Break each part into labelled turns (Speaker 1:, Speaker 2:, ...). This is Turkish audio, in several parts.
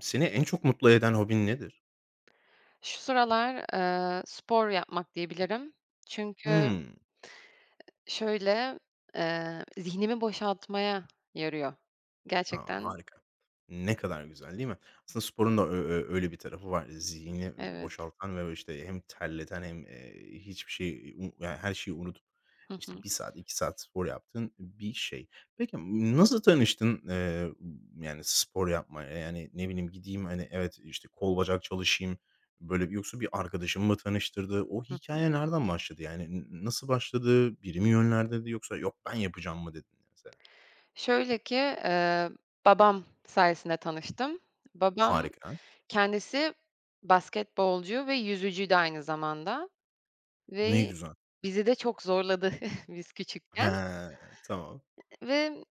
Speaker 1: Seni en çok mutlu eden hobin nedir?
Speaker 2: Şu sıralar, spor yapmak diyebilirim. Çünkü
Speaker 1: Hıı.
Speaker 2: şöyle, zihnimi boşaltmaya yarıyor.
Speaker 1: A,
Speaker 2: Gerçekten
Speaker 1: harika. Ne kadar güzel, değil mi? Aslında sporun da ö ö öyle bir tarafı var. Zihni
Speaker 2: evet.
Speaker 1: boşaltan ve, işte, hem terleten hem, hiçbir şey, yani, her şeyi unutup,
Speaker 2: Hı
Speaker 1: işte,
Speaker 2: hı.
Speaker 1: bir saat, 2 saat spor yaptığın bir şey. Peki, nasıl tanıştın, yani, spor yapmaya? Yani, ne bileyim, gideyim, hani, evet, işte, kol bacak çalışayım, böyle, bir yoksa bir arkadaşın mı tanıştırdı? O
Speaker 2: Hı.
Speaker 1: hikaye nereden başladı? Yani, nasıl başladı? Biri mi yönlendirdi yoksa "Yok, ben yapacağım." mı dedin mesela?
Speaker 2: Şöyle ki, babam sayesinde tanıştım. Babam
Speaker 1: Harika,
Speaker 2: kendisi basketbolcu ve yüzücüydü aynı zamanda
Speaker 1: ne
Speaker 2: ve
Speaker 1: güzel.
Speaker 2: bizi de çok zorladı biz küçükken.
Speaker 1: He, tamam.
Speaker 2: ve,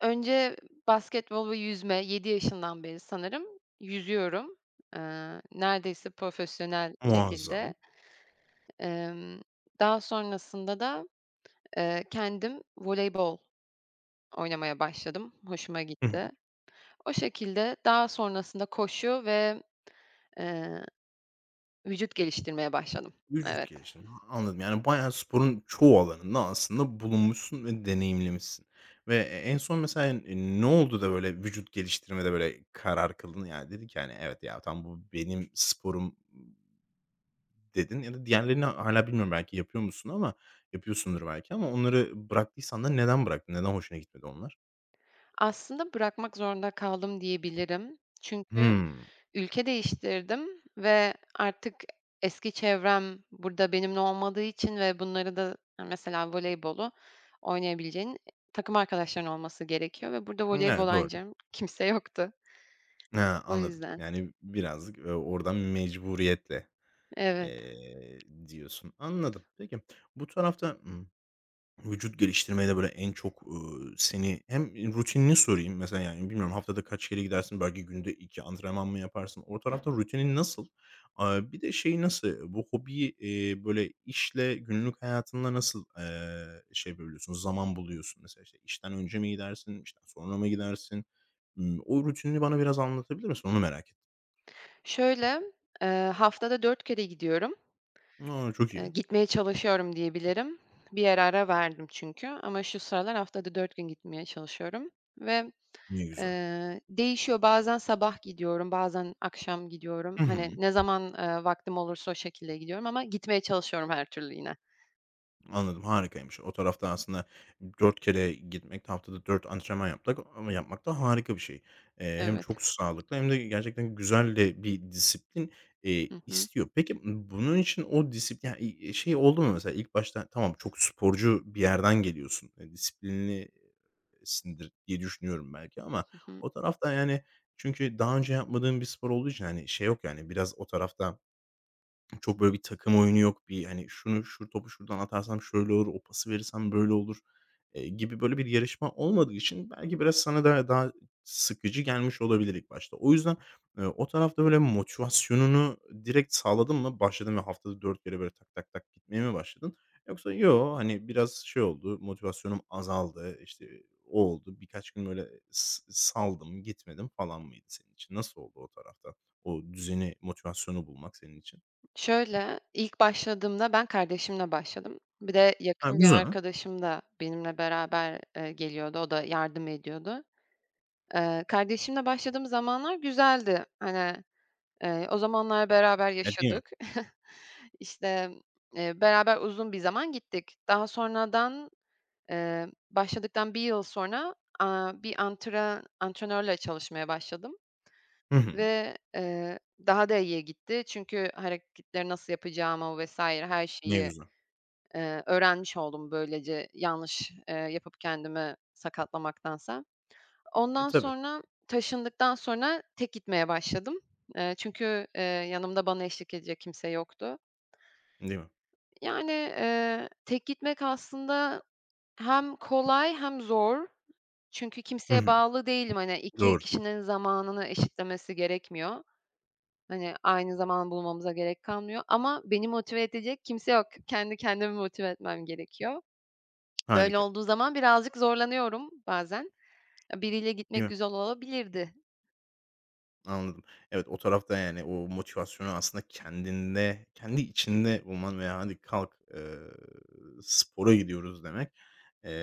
Speaker 2: Önce basketbol ve yüzme, 7 yaşından beri sanırım yüzüyorum. Neredeyse profesyonel
Speaker 1: Muazzam.
Speaker 2: şekilde. Emm, Daha sonrasında da, kendim voleybol oynamaya başladım. Hoşuma
Speaker 1: Hı hı.
Speaker 2: gitti. O şekilde daha sonrasında koşu ve, eee, vücut geliştirmeye başladım.
Speaker 1: Vücut
Speaker 2: Evet.
Speaker 1: geliştirme. Anladım. Yani bayağı sporun çoğu alanında aslında bulunmuşsun ve deneyimlemişsin ve en son mesela, ne oldu da böyle vücut geliştirmede böyle karar kıldın? Yani dedin ki, hani, "Evet ya, tam bu benim sporum." dedin ya da diğerlerini hala bilmiyorum belki yapıyor musun ama yapıyorsundur belki ama onları bıraktıysan da neden bıraktın? Neden hoşuna gitmedi onlar?
Speaker 2: Aslında bırakmak zorunda kaldım diyebilirim. Çünkü
Speaker 1: Hmm.
Speaker 2: ülke değiştirdim ve artık eski çevrem burada benimle olmadığı için ve bunları da hani, mesela voleybolu oynayabileceğin takım arkadaşların olması gerekiyor ve burada
Speaker 1: Evet,
Speaker 2: voleybol
Speaker 1: doğru.
Speaker 2: oynayacağım kimse yoktu.
Speaker 1: He,
Speaker 2: O
Speaker 1: anladım.
Speaker 2: yüzden.
Speaker 1: Yani birazcık, oradan mecburiyetle.
Speaker 2: Evet.
Speaker 1: Diyorsun. Anladım. Peki, bu tarafta, vücut geliştirmede böyle en çok, seni hem rutinini sorayım mesela, yani, bilmiyorum haftada kaç kere gidersin? Belki günde 2 antrenman mı yaparsın? O tarafta rutinin nasıl? Aaa, bir de şey nasıl, bu hobiyi, böyle işle, günlük hayatında nasıl, şey yapabiliyorsun, zaman buluyorsun? Mesela, işte, işten önce mi gidersin, işten sonra mı gidersin? O rutinini bana biraz anlatabilir misin? Onu merak ettim.
Speaker 2: Şöyle, eee, haftada 4 kere gidiyorum.
Speaker 1: A, çok iyi.
Speaker 2: Gitmeye çalışıyorum diyebilirim. Bir ara ara verdim çünkü, ama şu sıralar haftada 4 gün gitmeye çalışıyorum ve
Speaker 1: Ne güzel.
Speaker 2: Değişiyor. Bazen sabah gidiyorum, bazen akşam gidiyorum. Hani, ne zaman, vaktim olursa o şekilde gidiyorum, ama gitmeye çalışıyorum her türlü yine.
Speaker 1: Anladım, harikaymış. O tarafta aslında 4 kere gitmek de haftada 4 antrenman yapmak ama yapmak da harika bir şey. Hem
Speaker 2: Evet.
Speaker 1: çok sağlıklı hem de gerçekten güzel de bir disiplin,
Speaker 2: Hı hı.
Speaker 1: istiyor. Peki, bunun için o disiplin ya, şey oldu mu mesela ilk başta tamam çok sporcu bir yerden geliyorsun, disiplinlisindir diye düşünüyorum belki ama
Speaker 2: Hı hı.
Speaker 1: o tarafta yani çünkü daha önce yapmadığın bir spor olduğu için, hani, şey yok yani biraz o tarafta çok böyle bir takım oyunu yok. Bir, hani, şunu, şu topu şuradan atarsam şöyle olur, o pası verirsem böyle olur, gibi böyle bir yarışma olmadığı için belki biraz sana da daha sıkıcı gelmiş olabilir ilk başta. O yüzden, o tarafta böyle motivasyonunu direkt sağladın mı? Başladın ve haftada 4 kere böyle tak tak tak gitmeye mi başladın? Yoksa yo, hani, biraz şey oldu, motivasyonum azaldı, işte, o oldu, birkaç gün böyle saldım, gitmedim falan mıydı senin için? Nasıl oldu o tarafta? O düzeni, motivasyonu bulmak senin için?
Speaker 2: Şöyle, ilk başladığımda ben kardeşimle başladım. Bir de
Speaker 1: Ha,
Speaker 2: yakın bir
Speaker 1: güzel.
Speaker 2: arkadaşım da benimle beraber, geliyordu. O da yardım ediyordu. Kardeşimle başladığım zamanlar güzeldi. Hani, o zamanlar beraber
Speaker 1: E, değil mi?
Speaker 2: yaşadık. İşte, beraber uzun bir zaman gittik. Daha sonradan başladıktan bir yıl sonra, bir antrenörle çalışmaya başladım
Speaker 1: Hı hı.
Speaker 2: ve, daha da iyiye gitti. Çünkü hareketleri nasıl yapacağımı vs. her
Speaker 1: Ne
Speaker 2: şeyi,
Speaker 1: güzel.
Speaker 2: öğrenmiş oldum, böylece yanlış, yapıp kendimi sakatlamaktansa.
Speaker 1: E,
Speaker 2: Ondan
Speaker 1: tabii,
Speaker 2: sonra taşındıktan sonra tek gitmeye başladım. Çünkü, yanımda bana eşlik edecek kimse yoktu.
Speaker 1: değil mi?
Speaker 2: Yani, tek gitmek aslında hem kolay hem zor. Çünkü
Speaker 1: Hı
Speaker 2: kimseye
Speaker 1: hı.
Speaker 2: bağlı değilim. Hani, iki
Speaker 1: Doğru.
Speaker 2: kişinin zamanını eşitlemesi gerekmiyor. Hani, aynı zaman bulmamıza gerek kalmıyor, ama beni motive edecek kimse yok. Kendi kendimi motive etmem gerekiyor. Böyle
Speaker 1: Harika,
Speaker 2: olduğu zaman birazcık zorlanıyorum bazen. Biriyle
Speaker 1: değil
Speaker 2: gitmek
Speaker 1: mi?
Speaker 2: güzel olabilirdi.
Speaker 1: Anladım. Evet, o tarafta, yani, o motivasyonu aslında kendinde, kendi içinde bulman veya "Hadi kalk, spora gidiyoruz." demek,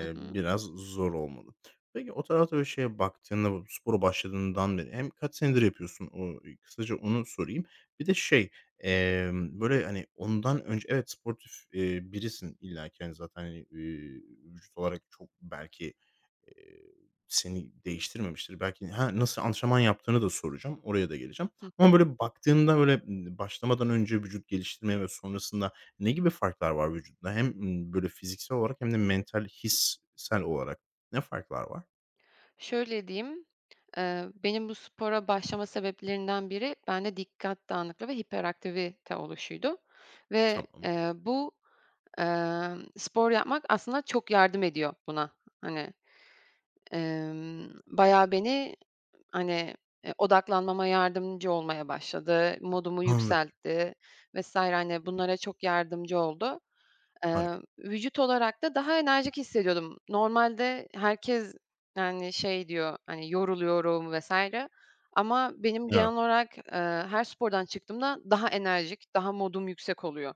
Speaker 2: Hı hı.
Speaker 1: biraz zor olmalı. Peki, o tarafta böyle şeye baktığında, bu spora başladığından beri hem kaç senedir yapıyorsun? O kısaca onu sorayım. Bir de şey, böyle, hani, ondan önce evet, sportif, birisin illaki, hani, zaten, hani, vücut olarak çok belki, seni değiştirmemiştir. Belki ha, nasıl antrenman yaptığını da soracağım. Oraya da geleceğim.
Speaker 2: Hı.
Speaker 1: Ama böyle baktığında böyle, başlamadan önce vücut geliştirmeye ve sonrasında ne gibi farklar var vücudunda? Hem, böyle fiziksel olarak hem de mental, hissel olarak ne farklar var?
Speaker 2: Şöyle diyeyim, benim bu spora başlama sebeplerinden biri bende dikkat dağınıklığı ve hiperaktivite oluşuydu ve,
Speaker 1: Tamam.
Speaker 2: bu spor yapmak aslında çok yardım ediyor buna. Hani, bayağı beni, hani, odaklanmama yardımcı olmaya başladı, modumu
Speaker 1: Anladım.
Speaker 2: yükseltti vs. Hani, bunlara çok yardımcı oldu. Eee,
Speaker 1: Harika.
Speaker 2: Vücut olarak da daha enerjik hissediyordum. Normalde herkes, yani, şey diyor, hani, yoruluyorum vs. ama benim genel
Speaker 1: Evet.
Speaker 2: olarak, her spordan çıktığımda daha enerjik, daha modum yüksek oluyor.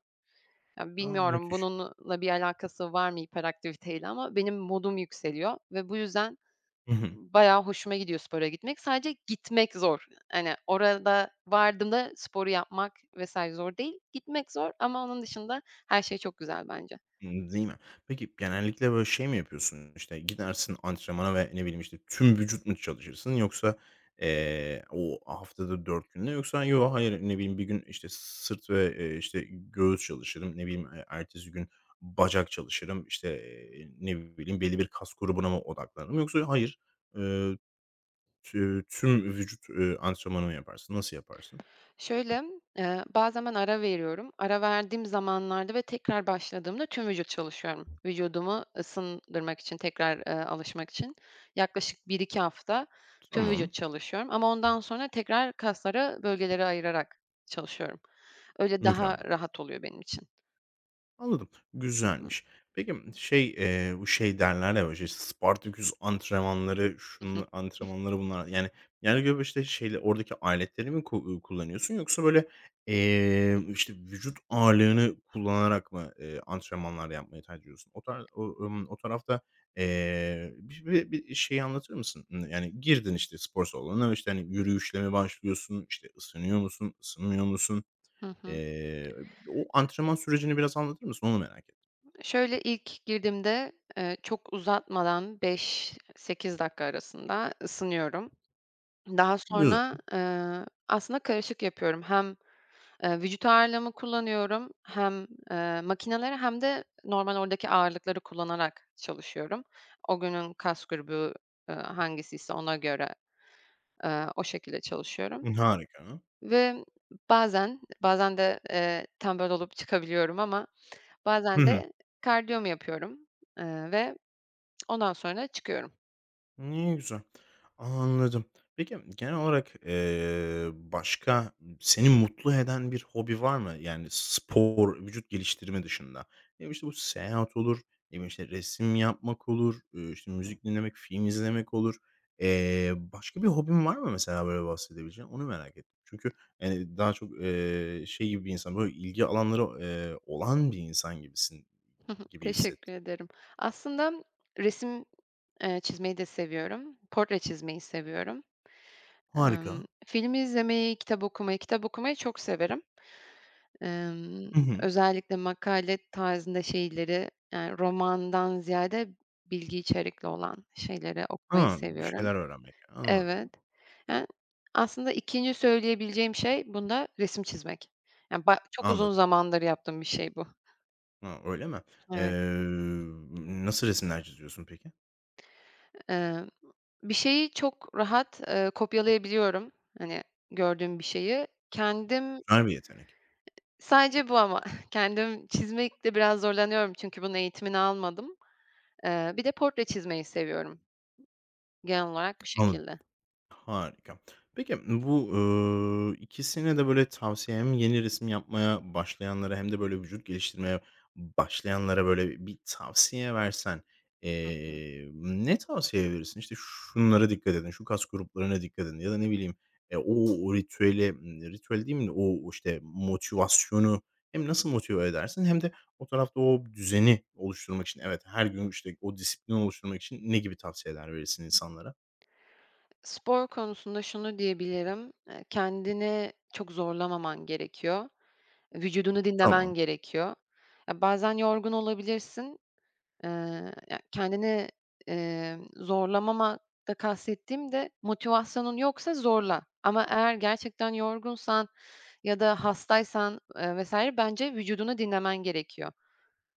Speaker 2: Ya,
Speaker 1: A,
Speaker 2: bilmiyorum
Speaker 1: müthiş.
Speaker 2: bununla bir alakası var mı hiperaktiviteyle, ama benim modum yükseliyor ve bu yüzden bayağı hoşuma gidiyor spora gitmek. Sadece gitmek zor. Hani, orada vardığımda sporu yapmak vesaire zor değil, gitmek zor, ama onun dışında her şey çok güzel bence.
Speaker 1: Hımm, değil mi? Peki, genellikle böyle şey mi yapıyorsun? İşte, gidersin antrenmana ve ne bileyim, işte, tüm vücut mu çalışırsın yoksa, o haftada 4 günde yoksa yo, hayır, ne bileyim, bir gün, işte, sırt ve, işte, göğüs çalışırım, ne bileyim, ertesi gün bacak çalışırım, işte, ne bileyim, belli bir kas grubuna mı odaklanırım yoksa hayır, eee, tüm vücut, antrenmanı mı yaparsın? Nasıl yaparsın?
Speaker 2: Şöyle, bazen ben ara veriyorum. Ara verdiğim zamanlarda ve tekrar başladığımda tüm vücut çalışıyorum. Vücudumu ısındırmak için, tekrar, alışmak için yaklaşık bir iki hafta tüm
Speaker 1: Tamam,
Speaker 2: vücut çalışıyorum, ama ondan sonra tekrar kaslara, bölgelere ayırarak çalışıyorum. Öyle daha
Speaker 1: mükemmel.
Speaker 2: rahat oluyor benim için.
Speaker 1: Anladım,
Speaker 2: Hı hı.
Speaker 1: güzelmiş. Peki, şey, bu şey derler ya, böyle, işte, Spartaküs antrenmanları,
Speaker 2: Hı hı.
Speaker 1: şunun antrenmanları bunlar. Yani, yani göğe, işte, şeyle oradaki aletleri mi kullanıyorsun yoksa, böyle, işte, vücut ağırlığını kullanarak mı, antrenmanlar yapmayı tercih ediyorsun? O tarz o, o tarafta, bi bi bir şeyi anlatır mısın? Yani, girdin, işte, spor salonuna, işte, hani, yürüyüşle mi başlıyorsun? İşte ısınıyor musun, ısınmıyor musun?
Speaker 2: Hı hı.
Speaker 1: Eee, o antrenman sürecini biraz anlatır mısın? Onu merak ettim.
Speaker 2: Şöyle, ilk girdiğimde, çok uzatmadan 5-8 dakika arasında ısınıyorum. Daha
Speaker 1: Güzel.
Speaker 2: sonra, aslında karışık yapıyorum. Hem vücut ağırlığımı kullanıyorum. Hem, makineleri hem de normal oradaki ağırlıkları kullanarak çalışıyorum. O günün kas grubu, hangisiyse ona göre, o şekilde çalışıyorum
Speaker 1: Harika.
Speaker 2: ve bazen de, tembel olup çıkabiliyorum, ama
Speaker 1: Hı
Speaker 2: bazen
Speaker 1: hı.
Speaker 2: de kardiyomu yapıyorum, ve ondan sonra çıkıyorum.
Speaker 1: Ne güzel. Anladım. Peki, genel olarak, başka seni mutlu eden bir hobi var mı? Yani spor, vücut geliştirme dışında. Ne bileyim, işte, bu seyahat olur, ne bileyim, işte, resim yapmak olur, işte, müzik dinlemek, film izlemek olur. Başka bir hobin var mı mesela böyle bahsedebileceğin? Onu merak ettim. Çünkü, daha çok, şey gibi bir insan, böyle ilgi alanları, olan bir insan gibisin gibi
Speaker 2: Teşekkür
Speaker 1: hissettim.
Speaker 2: ederim. Aslında resim, çizmeyi de seviyorum. Portre çizmeyi seviyorum.
Speaker 1: Harika.
Speaker 2: Film izlemeyi, kitap okumayı çok severim. Emm, Özellikle makale tarzında şeyleri, yani, romandan ziyade bilgi içerikli olan şeyleri okumayı
Speaker 1: Ha, bir
Speaker 2: seviyorum.
Speaker 1: şeyler öğrenmek.
Speaker 2: Evet.
Speaker 1: Anladım,
Speaker 2: Yani, aslında ikinci söyleyebileceğim şey bunda resim çizmek. Yani, çok uzun
Speaker 1: anladım.
Speaker 2: zamandır yaptığım bir şey bu.
Speaker 1: Ha, öyle mi? Eee,
Speaker 2: Evet.
Speaker 1: nasıl resimler çiziyorsun peki?
Speaker 2: Eee, Bir şeyi çok rahat, kopyalayabiliyorum. Hani, gördüğüm bir şeyi.
Speaker 1: Güzel bir yetenek.
Speaker 2: Sadece bu, ama kendim çizmekte biraz zorlanıyorum çünkü bunun eğitimini almadım. Bir de portre çizmeyi seviyorum, genel olarak bu
Speaker 1: Anladım.
Speaker 2: şekilde.
Speaker 1: Harika. Peki, bu, ikisine de böyle tavsiyen hem yeni resim yapmaya başlayanlara hem de böyle vücut geliştirmeye başlayanlara böyle bir tavsiye versen,
Speaker 2: Hı hı.
Speaker 1: ne tavsiye verirsin? İşte, şunlara dikkat edin, şu kas gruplarına dikkat edin ya da ne bileyim, o ritüeli, ritüel değil mi? O, o işte, motivasyonu hem nasıl motive edersin hem de o tarafta o düzeni oluşturmak için, evet, her gün, işte, o disiplini oluşturmak için ne gibi tavsiyeler verirsin insanlara?
Speaker 2: Spor konusunda şunu diyebilirim, kendini çok zorlamaman gerekiyor. Vücudunu
Speaker 1: Tamam,
Speaker 2: dinlemen gerekiyor. Ya, bazen yorgun olabilirsin. Ya, kendini, zorlamama da kastettiğim de motivasyonun yoksa zorla, ama eğer gerçekten yorgunsan ya da hastaysan, vs. bence vücudunu dinlemen gerekiyor.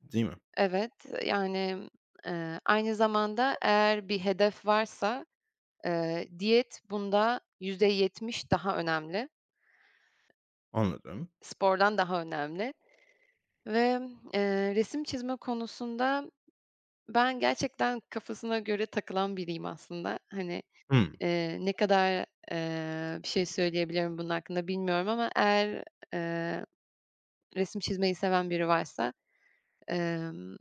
Speaker 1: değil mi?
Speaker 2: Evet, yani, aynı zamanda eğer bir hedef varsa, diyet bunda %70 daha önemli,
Speaker 1: Anladım.
Speaker 2: spordan daha önemli ve, resim çizme konusunda ben gerçekten kafasına göre takılan biriyim aslında. Hani,
Speaker 1: Hımm.
Speaker 2: Ne kadar, bir şey söyleyebilirim bunun hakkında bilmiyorum, ama eğer, eee, resim çizmeyi seven biri varsa, emm,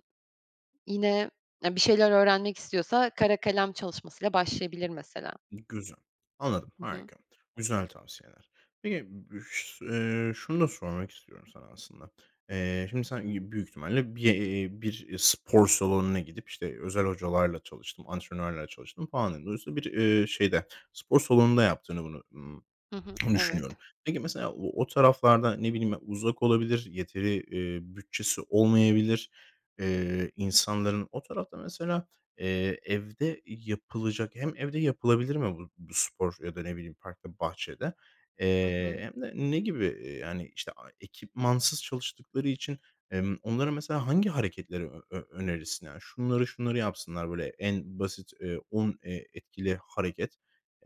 Speaker 2: yine, ya, bir şeyler öğrenmek istiyorsa kara kalem çalışmasıyla başlayabilir mesela.
Speaker 1: Güzel. Anladım,
Speaker 2: Hı hı.
Speaker 1: harika. Güzel tavsiyeler. Peki, büş şunu da sormak istiyorum sana aslında. Şimdi sen büyük ihtimalle bir, bir spor salonuna gidip, işte, özel hocalarla çalıştım, antrenörlerle çalıştım falan dedin. Dolayısıyla bir, şeyde, spor salonunda yaptığını bunu,
Speaker 2: Hı hı.
Speaker 1: onu
Speaker 2: Evet.
Speaker 1: düşünüyorum. Peki mesela o taraflarda, ne bileyim, ben, uzak olabilir, yeteri, bütçesi olmayabilir, insanların. O tarafta mesela, evde yapılacak hem evde yapılabilir mi bu spor ya da, ne bileyim, parkta, bahçede?
Speaker 2: Hı hı.
Speaker 1: Hem de ne gibi, yani, işte, ekipmansız çalıştıkları için, onlara mesela hangi hareketleri ö ö önerirsin? Yani, şunları şunları yapsınlar, böyle en basit, 10, etkili hareket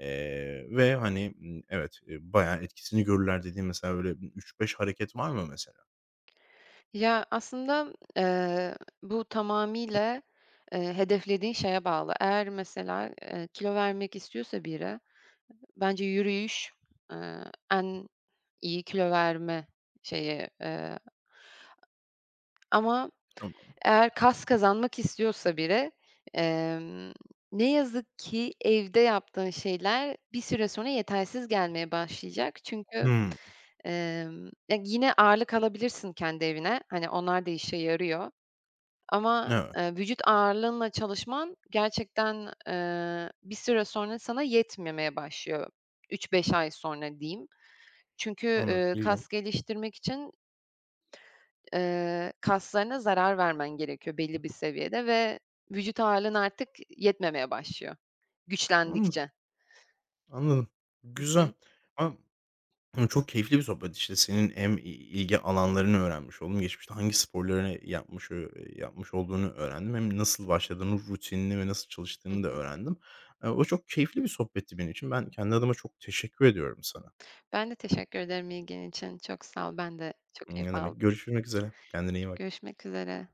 Speaker 1: Ve, hani, evet, bayağı etkisini görürler dediğin mesela böyle üç beş hareket var mı mesela?
Speaker 2: Ya, aslında, bu tamamıyla, hedeflediğin şeye bağlı. Eğer mesela, kilo vermek istiyorsa biri, bence yürüyüş, eee, en iyi kilo verme şeyi, ama
Speaker 1: Tamam.
Speaker 2: eğer kas kazanmak istiyorsa biri, emm, ne yazık ki evde yaptığın şeyler bir süre sonra yetersiz gelmeye başlayacak. Çünkü,
Speaker 1: Hımm.
Speaker 2: ya, yine ağırlık alabilirsin kendi evine. Hani, onlar da işe yarıyor, ama,
Speaker 1: Evet,
Speaker 2: vücut ağırlığınla çalışman gerçekten, bir süre sonra sana yetmemeye başlıyor. Üç beş ay sonra diyeyim. Çünkü,
Speaker 1: anladım. İlginç.
Speaker 2: kas geliştirmek için kaslarına zarar vermen gerekiyor belli bir seviyede ve vücut ağırlığın artık yetmemeye başlıyor
Speaker 1: Anladım,
Speaker 2: güçlendikçe.
Speaker 1: anladım.
Speaker 2: Hı
Speaker 1: Güzel.
Speaker 2: hı.
Speaker 1: A çok keyifli bir sohbet. İşte, senin hem ilgi alanlarını öğrenmiş oldum. Geçmişte hangi sporlarını yapmış, yapmış olduğunu öğrendim. Hem nasıl başladığını, rutinini ve nasıl
Speaker 2: Hı
Speaker 1: çalıştığını da
Speaker 2: hı.
Speaker 1: öğrendim. O çok keyifli bir sohbetti benim için. Ben kendi adıma çok teşekkür ediyorum sana.
Speaker 2: Ben de teşekkür ederim ilgin için. Çok sağ ol. Ben de çok
Speaker 1: Ne
Speaker 2: keyif
Speaker 1: demek.
Speaker 2: aldım.
Speaker 1: Görüşmek üzere. Kendine iyi bak.
Speaker 2: Görüşmek üzere.